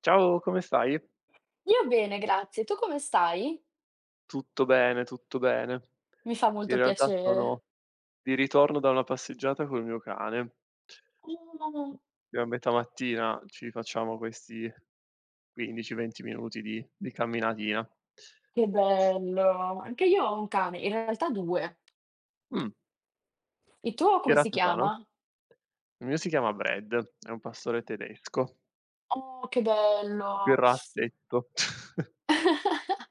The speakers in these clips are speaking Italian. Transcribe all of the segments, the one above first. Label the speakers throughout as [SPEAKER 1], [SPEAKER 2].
[SPEAKER 1] Ciao, come stai?
[SPEAKER 2] Io bene, grazie. Tu come stai?
[SPEAKER 1] Tutto bene, tutto bene.
[SPEAKER 2] Mi fa
[SPEAKER 1] In
[SPEAKER 2] molto
[SPEAKER 1] realtà sono
[SPEAKER 2] piacere.
[SPEAKER 1] di ritorno da una passeggiata col mio cane.
[SPEAKER 2] Oh,
[SPEAKER 1] Più a metà mattina ci facciamo questi 15, 20 minuti di camminatina.
[SPEAKER 2] che bello. Anche io ho un cane, in realtà 2.
[SPEAKER 1] Mh,
[SPEAKER 2] Il tuo
[SPEAKER 1] che
[SPEAKER 2] come si
[SPEAKER 1] razza sono?
[SPEAKER 2] chiama?
[SPEAKER 1] Il mio si chiama Brad, è un pastore tedesco,
[SPEAKER 2] Oh, che bello.
[SPEAKER 1] grassetto.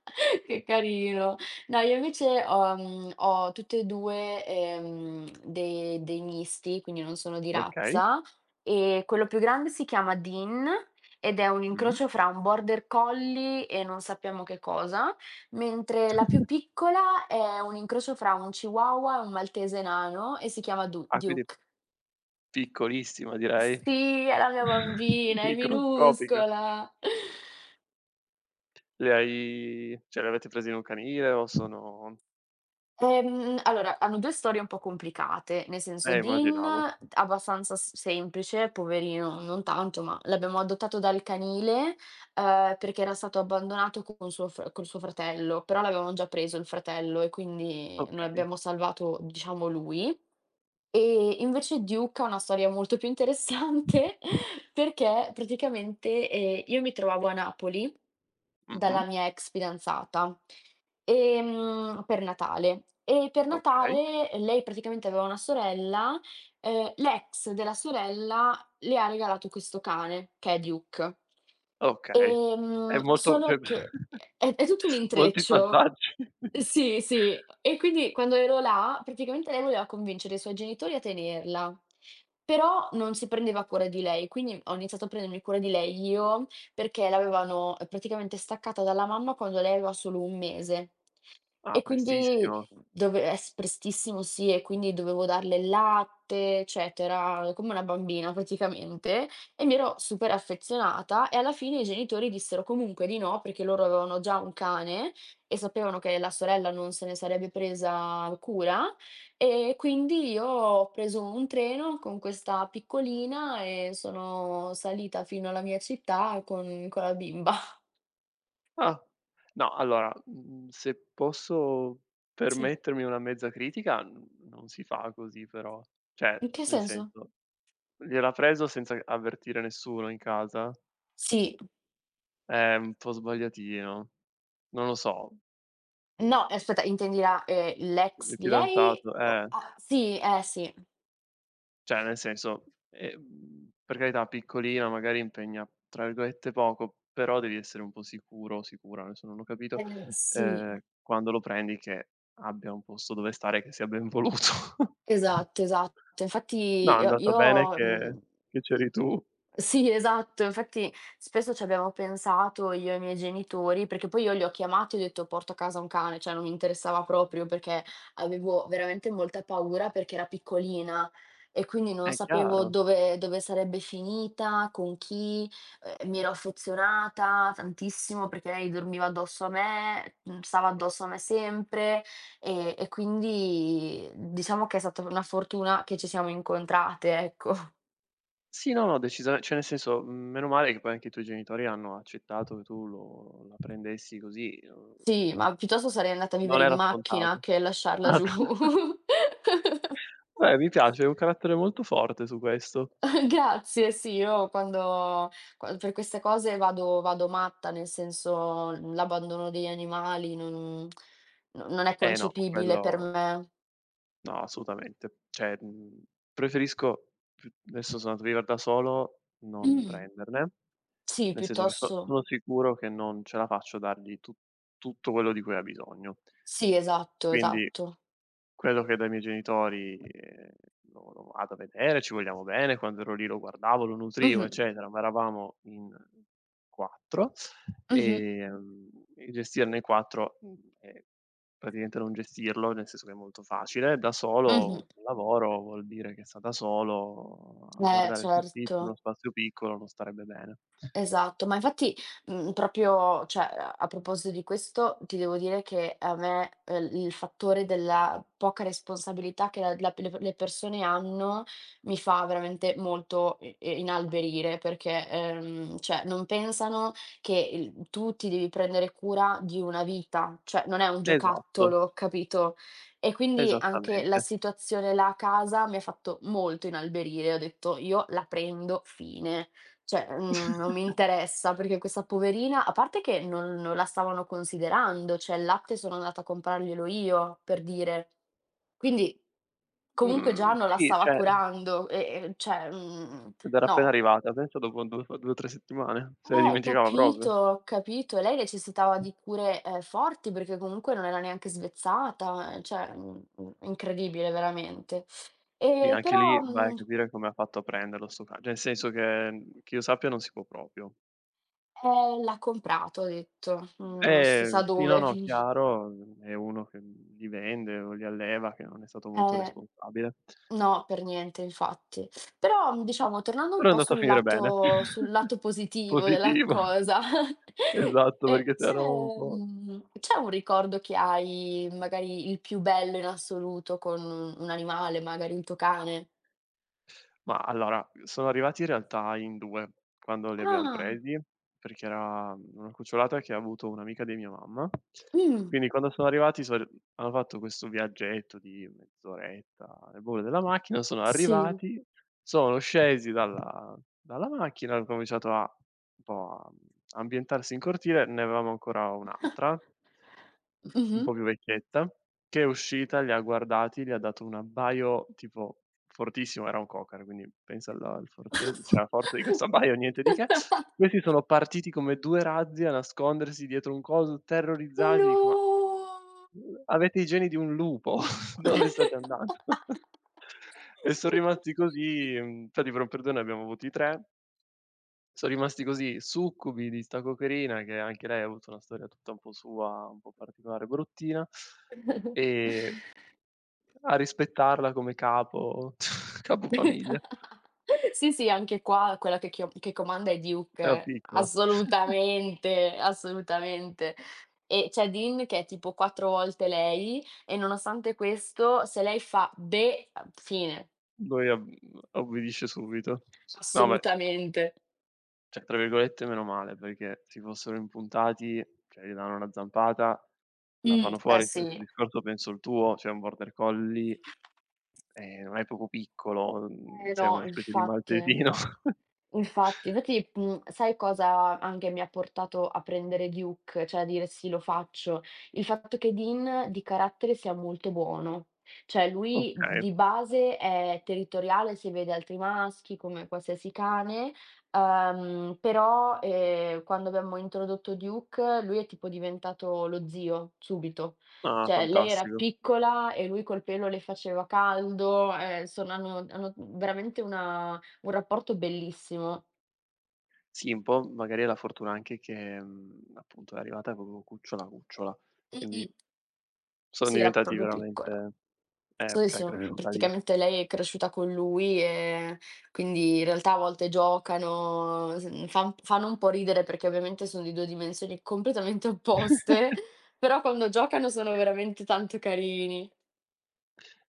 [SPEAKER 2] Che carino. No, io invece ho ho tutte e 2, de dei misti, quindi non sono di
[SPEAKER 1] Okay,
[SPEAKER 2] razza, e quello più grande si chiama Dean ed è un
[SPEAKER 1] mh.
[SPEAKER 2] incrocio fra un border collie e non sappiamo che cosa, mentre la più piccola è un incrocio fra un chihuahua e un maltese nano e si chiama Du
[SPEAKER 1] Ah, quindi
[SPEAKER 2] Duke.
[SPEAKER 1] piccolissima direi,
[SPEAKER 2] Sì, è la mia bambina, è
[SPEAKER 1] microscopica.
[SPEAKER 2] minuscola.
[SPEAKER 1] Le hai cioè le avete prese in un canile o sono
[SPEAKER 2] Allora, hanno 2 storie un po' complicate, nel senso Dean
[SPEAKER 1] immaginavo.
[SPEAKER 2] abbastanza s semplice, poverino, non tanto, ma l'abbiamo adottato dal canile, perché era stato abbandonato con suo fr con suo fratello, però l'avevano già preso il fratello e quindi noi
[SPEAKER 1] Okay.
[SPEAKER 2] abbiamo salvato, diciamo, lui. E invece Duke ha una storia molto più interessante perché praticamente, io mi trovavo a Napoli
[SPEAKER 1] Mh-mh.
[SPEAKER 2] dalla mia ex fidanzata. Per Natale. E per
[SPEAKER 1] Okay,
[SPEAKER 2] Natale lei praticamente aveva una sorella, l'ex della sorella le ha regalato questo cane, che è Duke.
[SPEAKER 1] okay. È molto cioè
[SPEAKER 2] Solo che è tutto un
[SPEAKER 1] molti
[SPEAKER 2] intreccio.
[SPEAKER 1] passaggi.
[SPEAKER 2] Sì, sì. E quindi quando ero là, praticamente lei voleva convincere i suoi genitori a tenerla, però non si prendeva cura di lei, quindi ho iniziato a prendermi cura di lei io, perché l'avevano praticamente staccata dalla mamma quando lei aveva solo 1 mese.
[SPEAKER 1] Ah,
[SPEAKER 2] E quindi
[SPEAKER 1] prestissimo.
[SPEAKER 2] dove es prestissimo, sì, e quindi dovevo darle il latte, eccetera, come una bambina praticamente, e mi ero super affezionata e alla fine i genitori dissero comunque di no, perché loro avevano già un cane e sapevano che la sorella non se ne sarebbe presa cura, e quindi io ho preso un treno con questa piccolina e sono salita fino alla mia città con la bimba.
[SPEAKER 1] Ah. No, allora, se posso
[SPEAKER 2] Sì.
[SPEAKER 1] permettermi una mezza critica, n non si fa così però. Cioè,
[SPEAKER 2] In che
[SPEAKER 1] nel
[SPEAKER 2] senso?
[SPEAKER 1] senso, gliel'ha preso senza avvertire nessuno in casa?
[SPEAKER 2] Sì.
[SPEAKER 1] È un po' sbagliatino. Non lo so,
[SPEAKER 2] No, aspetta, intendi la l'ex
[SPEAKER 1] il
[SPEAKER 2] di lei
[SPEAKER 1] fidanzato
[SPEAKER 2] o
[SPEAKER 1] eh.
[SPEAKER 2] ah, sì, eh sì.
[SPEAKER 1] Cioè, nel senso, per carità piccolina, magari impegna tra virgolette "poco", però devi essere un po' sicuro o sicura, adesso non ho capito,
[SPEAKER 2] Sì.
[SPEAKER 1] quando lo prendi che abbia un posto dove stare, che sia ben voluto.
[SPEAKER 2] Esatto, esatto.
[SPEAKER 1] No,
[SPEAKER 2] Infatti
[SPEAKER 1] è
[SPEAKER 2] io
[SPEAKER 1] andata bene
[SPEAKER 2] io,
[SPEAKER 1] che
[SPEAKER 2] mhmm,
[SPEAKER 1] che
[SPEAKER 2] mh
[SPEAKER 1] c'eri tu.
[SPEAKER 2] sì, esatto. Infatti spesso ci abbiamo pensato io e i miei genitori, perché poi io li ho chiamati e ho detto: "Porto a casa un cane", cioè non mi interessava proprio perché avevo veramente molta paura perché era piccolina e quindi non
[SPEAKER 1] È
[SPEAKER 2] sapevo
[SPEAKER 1] chiaro.
[SPEAKER 2] dove sarebbe finita, con chi, mi ero affezionata tantissimo perché lei dormiva addosso a me, stava addosso a me sempre. E quindi diciamo che è stata una fortuna che ci siamo incontrate, ecco.
[SPEAKER 1] Sì, no, no, decisame cioè nel senso, meno male che poi anche i tuoi genitori hanno accettato che tu lo la prendessi così,
[SPEAKER 2] Sì, ma piuttosto sarei andata a
[SPEAKER 1] non
[SPEAKER 2] vivere in
[SPEAKER 1] era scontato.
[SPEAKER 2] macchina che lasciarla giù.
[SPEAKER 1] Ah, beh, mi piace, hai un carattere molto forte su questo.
[SPEAKER 2] Grazie, sì, io quando qua per queste cose vado matta, nel senso l'abbandono degli animali non no non è
[SPEAKER 1] Eh no,
[SPEAKER 2] concepibile per
[SPEAKER 1] quello
[SPEAKER 2] me.
[SPEAKER 1] no, assolutamente. Cioè, preferisco più adesso sono andato a vivere da solo, non
[SPEAKER 2] Mh.
[SPEAKER 1] prenderne,
[SPEAKER 2] Sì,
[SPEAKER 1] nel senso che so
[SPEAKER 2] piuttosto
[SPEAKER 1] sono sicuro che non ce la faccio a dargli tu tutto quello di cui ha bisogno.
[SPEAKER 2] sì, esatto,
[SPEAKER 1] Quindi
[SPEAKER 2] esatto.
[SPEAKER 1] quello che dai miei genitori, lo vado a vedere, ci vogliamo bene, quando ero lì lo guardavo, lo nutrivo,
[SPEAKER 2] Mh-mh.
[SPEAKER 1] eccetera, ma eravamo in 4,
[SPEAKER 2] Mh-mh.
[SPEAKER 1] ehm, e gestire noi 4, è praticamente non gestirlo, nel senso che è molto facile. Da
[SPEAKER 2] Mh-mh.
[SPEAKER 1] solo, col lavoro, vuol dire che sta da solo a guardare il soffitto, in
[SPEAKER 2] Certo.
[SPEAKER 1] uno spazio piccolo, non starebbe bene.
[SPEAKER 2] Esatto, ma infatti, proprio cioè, a proposito di questo, ti devo dire che a me, il fattore della poca responsabilità che la la p le persone hanno, mi fa veramente molto i i inalberire, perché, cioè non pensano che il tu ti devi prendere cura di una vita, cioè non è un
[SPEAKER 1] Esatto,
[SPEAKER 2] giocattolo, capito? E quindi anche la
[SPEAKER 1] esattamente.
[SPEAKER 2] situazione là a casa mi ha fatto molto inalberire, ho detto: "Io la prendo, fine". Cioè, non mi interessa perché questa poverina a parte che non la stavano considerando, cioè il latte sono andata a comprarglielo io, per dire. Quindi comunque
[SPEAKER 1] Mhmm,
[SPEAKER 2] già non la
[SPEAKER 1] sì,
[SPEAKER 2] stava
[SPEAKER 1] cioè
[SPEAKER 2] curando e cioè,
[SPEAKER 1] ed era appena
[SPEAKER 2] no.
[SPEAKER 1] arrivata, pensa dopo 2 o 2 o 3 settimane, se ne dimenticava proprio.
[SPEAKER 2] Capito, ho capito. Lei necessitava di cure, forti perché comunque non era neanche svezzata, cioè, incredibile veramente.
[SPEAKER 1] Sì,
[SPEAKER 2] Ehm,
[SPEAKER 1] anche lì
[SPEAKER 2] però,
[SPEAKER 1] vai a
[SPEAKER 2] mhmm,
[SPEAKER 1] capire come ha fatto a prenderlo 'sto ca cioè nel senso che, che io sappia non si può proprio.
[SPEAKER 2] eh, l'ha comprato, ha detto, mm, non si sa
[SPEAKER 1] Sì, no,
[SPEAKER 2] dove.
[SPEAKER 1] no, chiaro, è uno che li vende o li alleva, che non è stato molto
[SPEAKER 2] Eh,
[SPEAKER 1] responsabile,
[SPEAKER 2] no, per niente infatti. Però, diciamo tornando un
[SPEAKER 1] però è
[SPEAKER 2] po'
[SPEAKER 1] andato a finire bene.
[SPEAKER 2] sul lato positivo della
[SPEAKER 1] Positivo.
[SPEAKER 2] cosa,
[SPEAKER 1] Esatto,
[SPEAKER 2] ehm,
[SPEAKER 1] perché si
[SPEAKER 2] c'è
[SPEAKER 1] era un po'.
[SPEAKER 2] c'è un ricordo che hai, magari il più bello in assoluto con un animale, magari il tuo cane?
[SPEAKER 1] Ma allora, sono arrivati in realtà in 2 quando li abbiam
[SPEAKER 2] Ah,
[SPEAKER 1] presi, perché era una cucciolata che ha avuto un'amica di mia mamma.
[SPEAKER 2] mh,
[SPEAKER 1] Quindi quando sono arrivati son r hanno fatto questo viaggetto di mezz'oretta alle bolle della macchina, sono
[SPEAKER 2] sì,
[SPEAKER 1] arrivati, sono scesi dalla macchina, hanno cominciato a un po' a ambientarsi in cortile, ne avevamo ancora un'altra, un
[SPEAKER 2] mh-mh.
[SPEAKER 1] po' più vecchietta. Che è uscita, li ha guardati, gli ha dato un abbaio tipo fortissimo, era un cocker, quindi pensa al forte cioè alla forza di questo abbaio, niente di che. Questi sono partiti come 2 razzi a nascondersi dietro un coso, terrorizzati, dico: "Ma
[SPEAKER 2] No!
[SPEAKER 1] avete i geni di un lupo, dove state andando?" E son
[SPEAKER 2] Che
[SPEAKER 1] rimasti così, infatti per un periodo ne abbiamo avuti 3, son rimasti così succubi di 'sta cocherina, che anche lei ha avuto una storia tutta un po' sua, un po' particolare, bruttina,
[SPEAKER 2] carino.
[SPEAKER 1] e a rispettarla come capo capofamiglia.
[SPEAKER 2] Sì, sì, anche qua quella che chio che comanda è
[SPEAKER 1] Era
[SPEAKER 2] Duke,
[SPEAKER 1] piccola.
[SPEAKER 2] assolutamente, assolutamente. E c'è Dean che è tipo 4 volte lei e nonostante questo se lei fa "be", fine.
[SPEAKER 1] Lui ob obbedisce subito. No, beh,
[SPEAKER 2] Assolutamente.
[SPEAKER 1] cioè tra virgolette "meno male", perché si fossero impuntati, cioè gli danno una zampata, la
[SPEAKER 2] Mh.
[SPEAKER 1] fanno
[SPEAKER 2] Eh
[SPEAKER 1] fuori.
[SPEAKER 2] sì.
[SPEAKER 1] Stesso discorso penso il tuo, cioè un border collie, non è poco piccolo,
[SPEAKER 2] Eh
[SPEAKER 1] sei
[SPEAKER 2] no,
[SPEAKER 1] una specie di
[SPEAKER 2] infatti.
[SPEAKER 1] maltesino.
[SPEAKER 2] Infatti, infatti, sai cosa anche mi ha portato a prendere Duke, cioè a dire: "Sì, lo faccio"? Il fatto che Dean di carattere sia molto buono. Cioè lui
[SPEAKER 1] Okay,
[SPEAKER 2] di base è territoriale, se vede altri maschi come qualsiasi cane, però, quando abbiamo introdotto Duke lui è tipo diventato lo zio, subito.
[SPEAKER 1] ah,
[SPEAKER 2] Cioè, lei era
[SPEAKER 1] fantastico.
[SPEAKER 2] piccola e lui col pelo le faceva caldo, insomma hanno veramente una un rapporto bellissimo.
[SPEAKER 1] Sì, un po' magari è la fortuna anche che, appunto è arrivata proprio cucciola, cucciola, quindi
[SPEAKER 2] Mh-mh.
[SPEAKER 1] sono
[SPEAKER 2] Sì, era
[SPEAKER 1] diventati
[SPEAKER 2] proprio piccola.
[SPEAKER 1] veramente
[SPEAKER 2] So e
[SPEAKER 1] cioè è
[SPEAKER 2] son
[SPEAKER 1] cresciuta lì.
[SPEAKER 2] Praticamente lei è cresciuta con lui, quindi in realtà a volte giocano, s fan fanno un po' ridere perché ovviamente son di 2 dimensioni completamente opposte, però quando giocano sono veramente tanto carini.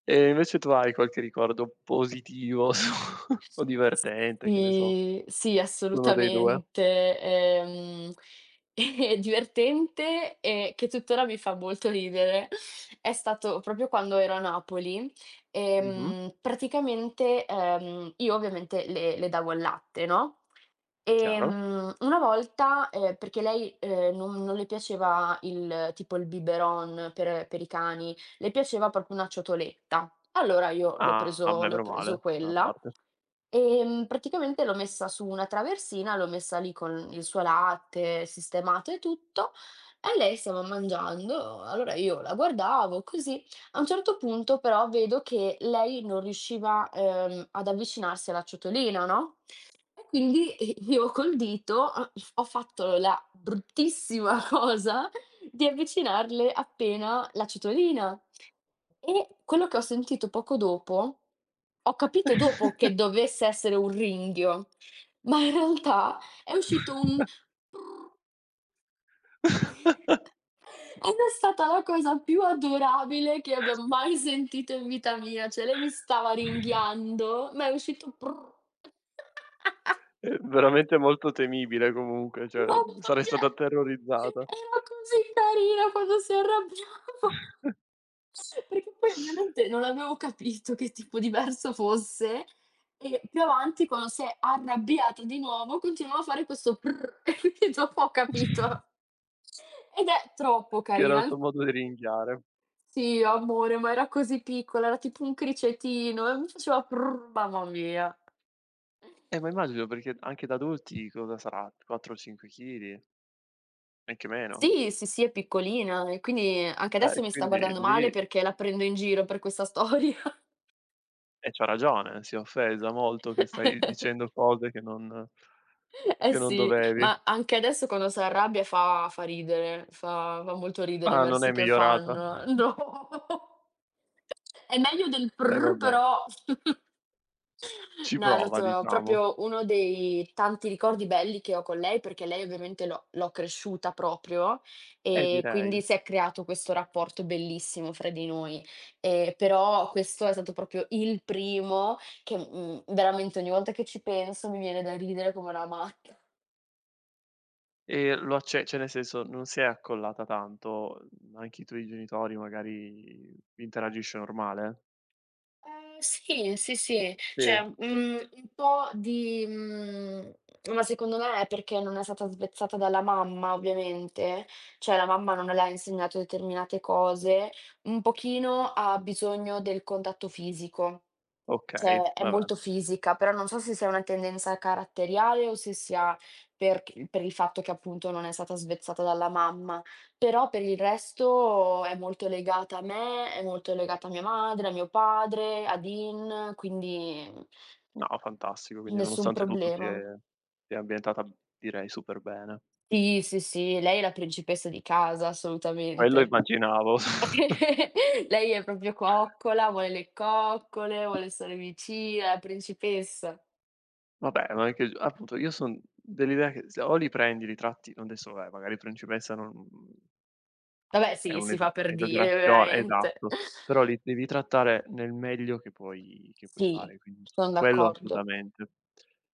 [SPEAKER 1] E invece tu hai qualche ricordo positivo su o divertente, che ne so,
[SPEAKER 2] Sì, sì,
[SPEAKER 1] su uno dei 2?
[SPEAKER 2] assolutamente. È divertente e che tuttora mi fa molto ridere, è stato proprio quando ero a Napoli.
[SPEAKER 1] Mh-mh,
[SPEAKER 2] Praticamente, io ovviamente le davo il latte, no,
[SPEAKER 1] chiaro.
[SPEAKER 2] una volta, perché lei, non le piaceva il biberon per i cani, le piaceva proprio una ciotoletta. Allora io
[SPEAKER 1] Ah, beh,
[SPEAKER 2] l'ho
[SPEAKER 1] meno
[SPEAKER 2] preso
[SPEAKER 1] male, da una
[SPEAKER 2] quella.
[SPEAKER 1] parte.
[SPEAKER 2] Praticamente l'ho messa su una traversina, l'ho messa lì con il suo latte sistemato e tutto, e lei stava mangiando, allora io la guardavo così. A un certo punto però vedo che lei non riusciva, ad avvicinarsi alla ciotolina, no? E quindi i io col dito ho fatto la bruttissima cosa di avvicinarle appena la ciotolina. E quello che ho sentito poco dopo ho capito dopo che dovesse essere un ringhio, ma in realtà è uscito un "prrr". Ed è stata la cosa più adorabile che abbia mai sentito in vita mia, cioè lei mi stava ringhiando, ma è uscito "prrr".
[SPEAKER 1] È veramente molto temibile comunque, cioè
[SPEAKER 2] Mamma
[SPEAKER 1] sarei
[SPEAKER 2] mia,
[SPEAKER 1] stato terrorizzata.
[SPEAKER 2] era così carina quando si arrabbiava. Perché poi ovviamente non avevo capito che tipo di verso fosse e più avanti quando si è arrabbiata di nuovo continuava a fare questo "prrr" e quindi dopo ho capito. Ed è troppo
[SPEAKER 1] Che era il
[SPEAKER 2] carina.
[SPEAKER 1] suo modo di ringhiare.
[SPEAKER 2] Sì, amore, ma era così piccola, era tipo un cricetino e mi faceva prrr, mamma mia.
[SPEAKER 1] Ma immagino perché anche da adulti cosa sarà, 4 o 5 chili, anche meno.
[SPEAKER 2] Sì, sì, sì, è piccolina e quindi anche adesso mi sta
[SPEAKER 1] Quindi
[SPEAKER 2] guardando male
[SPEAKER 1] lì
[SPEAKER 2] perché la prendo in giro per questa storia.
[SPEAKER 1] e c'ha ragione, si è offesa molto che stai dicendo cose che non
[SPEAKER 2] Eh
[SPEAKER 1] che non
[SPEAKER 2] sì,
[SPEAKER 1] dovevi.
[SPEAKER 2] ma anche adesso quando s'arrabbia fa ridere, fa molto ridere i
[SPEAKER 1] Ah, non è
[SPEAKER 2] versi che
[SPEAKER 1] migliorata?
[SPEAKER 2] fanno. No. È meglio del
[SPEAKER 1] E
[SPEAKER 2] prrr,
[SPEAKER 1] vabbè,
[SPEAKER 2] però.
[SPEAKER 1] ci
[SPEAKER 2] No, è
[SPEAKER 1] prova
[SPEAKER 2] stato
[SPEAKER 1] diciamo.
[SPEAKER 2] proprio uno dei tanti ricordi belli che ho con lei, perché lei ovviamente l'ho cresciuta proprio e
[SPEAKER 1] Direi.
[SPEAKER 2] quindi si è creato questo rapporto bellissimo fra di noi. Però questo è stato proprio il primo che, veramente ogni volta che ci penso mi viene da ridere come una matta.
[SPEAKER 1] E lo acce cioè nel senso, non si è accollata tanto? Mhmm, anche i tuoi genitori magari interagisce normale?
[SPEAKER 2] Sì, sì, sì,
[SPEAKER 1] Sì.
[SPEAKER 2] cioè, un po' di ma secondo me è perché non è stata svezzata dalla mamma ovviamente, cioè la mamma non le ha insegnato determinate cose, un pochino ha bisogno del contatto fisico.
[SPEAKER 1] Okay,
[SPEAKER 2] Cioè, è
[SPEAKER 1] vabbè.
[SPEAKER 2] molto fisica, però non so se sia una tendenza caratteriale o se sia per il fatto che appunto non è stata svezzata dalla mamma, però per il resto è molto legata a me, è molto legata a mia madre, a mio padre, a Dean, quindi
[SPEAKER 1] No, fantastico, quindi
[SPEAKER 2] nessun
[SPEAKER 1] nonostante tutto si
[SPEAKER 2] problema.
[SPEAKER 1] è si è ambientata direi super bene.
[SPEAKER 2] Sì, sì, sì, lei è la principessa di casa,
[SPEAKER 1] Quello
[SPEAKER 2] assolutamente.
[SPEAKER 1] immaginavo.
[SPEAKER 2] Lei è proprio coccola, vuole le coccole, vuole stare vicina, è la principessa.
[SPEAKER 1] Vabbè, ma anche appunto io son dell'idea che se o li prendi li tratti adesso vabbè, magari principessa non
[SPEAKER 2] Vabbè
[SPEAKER 1] è
[SPEAKER 2] sì, si
[SPEAKER 1] un'esa
[SPEAKER 2] fa per dire
[SPEAKER 1] esagerazione
[SPEAKER 2] veramente.
[SPEAKER 1] esatto, però li devi trattare nel meglio che puoi
[SPEAKER 2] Sì,
[SPEAKER 1] fare, quindi su
[SPEAKER 2] son
[SPEAKER 1] quello
[SPEAKER 2] d'accordo,
[SPEAKER 1] assolutamente.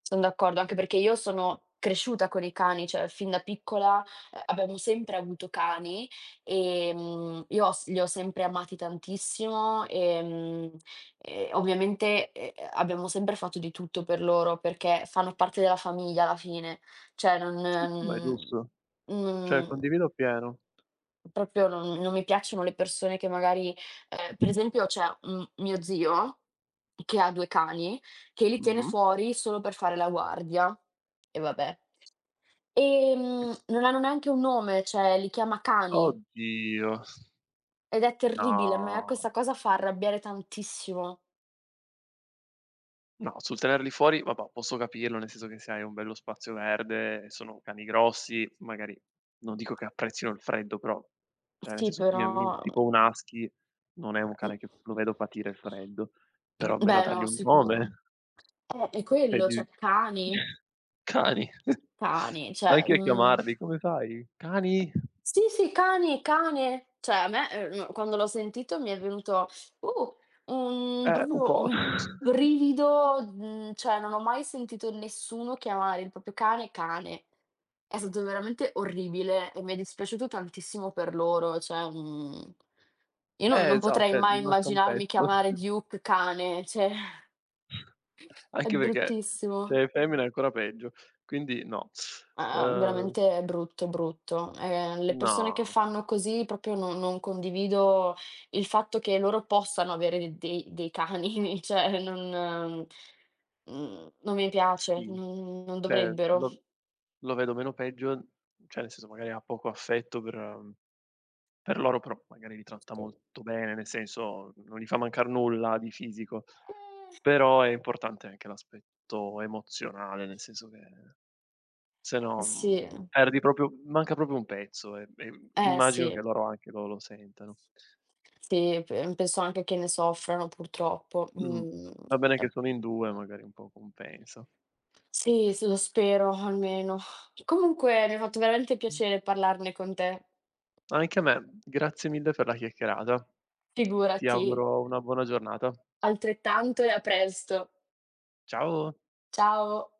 [SPEAKER 2] son d'accordo, anche perché io sono cresciuta con i cani, cioè fin da piccola, abbiamo sempre avuto cani, io ho s li ho sempre amati tantissimo, e ovviamente, abbiamo sempre fatto di tutto per loro, perché fanno parte della famiglia alla fine, cioè
[SPEAKER 1] Sì, sì, ma è
[SPEAKER 2] non
[SPEAKER 1] giusto. Cioè
[SPEAKER 2] mhmm
[SPEAKER 1] condivido appieno.
[SPEAKER 2] proprio non mi piacciono le persone che magari per esempio c'è un mio zio che ha 2 cani, che li tiene
[SPEAKER 1] Mh-mh.
[SPEAKER 2] fuori solo per fare la guardia, e vabbè. Non hanno neanche un nome, cioè li chiama cani
[SPEAKER 1] Oddio,
[SPEAKER 2] ed è terribile, a me
[SPEAKER 1] no.
[SPEAKER 2] questa cosa fa arrabbiare tantissimo.
[SPEAKER 1] No, sul tenerli fuori, vabbè, posso capirlo, nel senso che se hai un bello spazio verde e sono cani grossi, magari non dico che apprezzino il freddo, però cioè nel
[SPEAKER 2] Sì,
[SPEAKER 1] senso mi
[SPEAKER 2] però
[SPEAKER 1] tipo un husky non è un
[SPEAKER 2] mh.
[SPEAKER 1] cane che lo vedo patire il freddo, però almeno
[SPEAKER 2] Beh,
[SPEAKER 1] dargli
[SPEAKER 2] no,
[SPEAKER 1] un
[SPEAKER 2] sicuro.
[SPEAKER 1] nome,
[SPEAKER 2] È
[SPEAKER 1] e
[SPEAKER 2] quello,
[SPEAKER 1] di
[SPEAKER 2] cioè cani,
[SPEAKER 1] cani,
[SPEAKER 2] cani, cioè,
[SPEAKER 1] anche a
[SPEAKER 2] mhmm
[SPEAKER 1] chiamarli, come fai? "Cani?"
[SPEAKER 2] sì, sì, cane, cane. Cioè a me, quando l'ho sentito mi è venuto, uh, un
[SPEAKER 1] Un
[SPEAKER 2] proprio
[SPEAKER 1] po'.
[SPEAKER 2] un brivido, cioè non ho mai sentito nessuno chiamare il proprio cane cane. È stato veramente orribile e mi è dispiaciuto tantissimo per loro, cioè, io non
[SPEAKER 1] Esa
[SPEAKER 2] potrei
[SPEAKER 1] cioè gli
[SPEAKER 2] mai
[SPEAKER 1] manca un
[SPEAKER 2] immaginarmi
[SPEAKER 1] pezzo,
[SPEAKER 2] chiamare Duke cane, cioè è
[SPEAKER 1] anche perché
[SPEAKER 2] bruttissimo.
[SPEAKER 1] se è femmina è ancora peggio, quindi no.
[SPEAKER 2] Ah, ah,
[SPEAKER 1] Uhm
[SPEAKER 2] veramente brutto, brutto. Le persone che
[SPEAKER 1] No,
[SPEAKER 2] fanno così proprio non condivido il fatto che loro possano avere de dei dei cani, cioè non mi piace,
[SPEAKER 1] sì,
[SPEAKER 2] non
[SPEAKER 1] cioè
[SPEAKER 2] dovrebbero.
[SPEAKER 1] lo vedo meno peggio, cioè nel senso magari ha poco affetto per loro, però magari li tratta molto bene, nel senso non gli fa mancar nulla di fisico, però è importante anche l'aspetto emozionale, nel senso che se
[SPEAKER 2] Eh
[SPEAKER 1] no,
[SPEAKER 2] sì,
[SPEAKER 1] perdi proprio manca proprio un pezzo e
[SPEAKER 2] eh
[SPEAKER 1] immagino che
[SPEAKER 2] sì.
[SPEAKER 1] loro anche lo sentano.
[SPEAKER 2] Sì, pe penso anche che ne soffrano purtroppo.
[SPEAKER 1] Mh,
[SPEAKER 2] Mhmm,
[SPEAKER 1] va bene che
[SPEAKER 2] e
[SPEAKER 1] sono in 2 magari un po' compensa.
[SPEAKER 2] sì, s lo spero almeno. Comunque mi ha fatto veramente piacere parlarne con te.
[SPEAKER 1] Anche a me, grazie mille per la chiacchierata. Ti
[SPEAKER 2] Figurati.
[SPEAKER 1] auguro una buona giornata.
[SPEAKER 2] Altrettanto e a presto.
[SPEAKER 1] Ciao.
[SPEAKER 2] Ciao.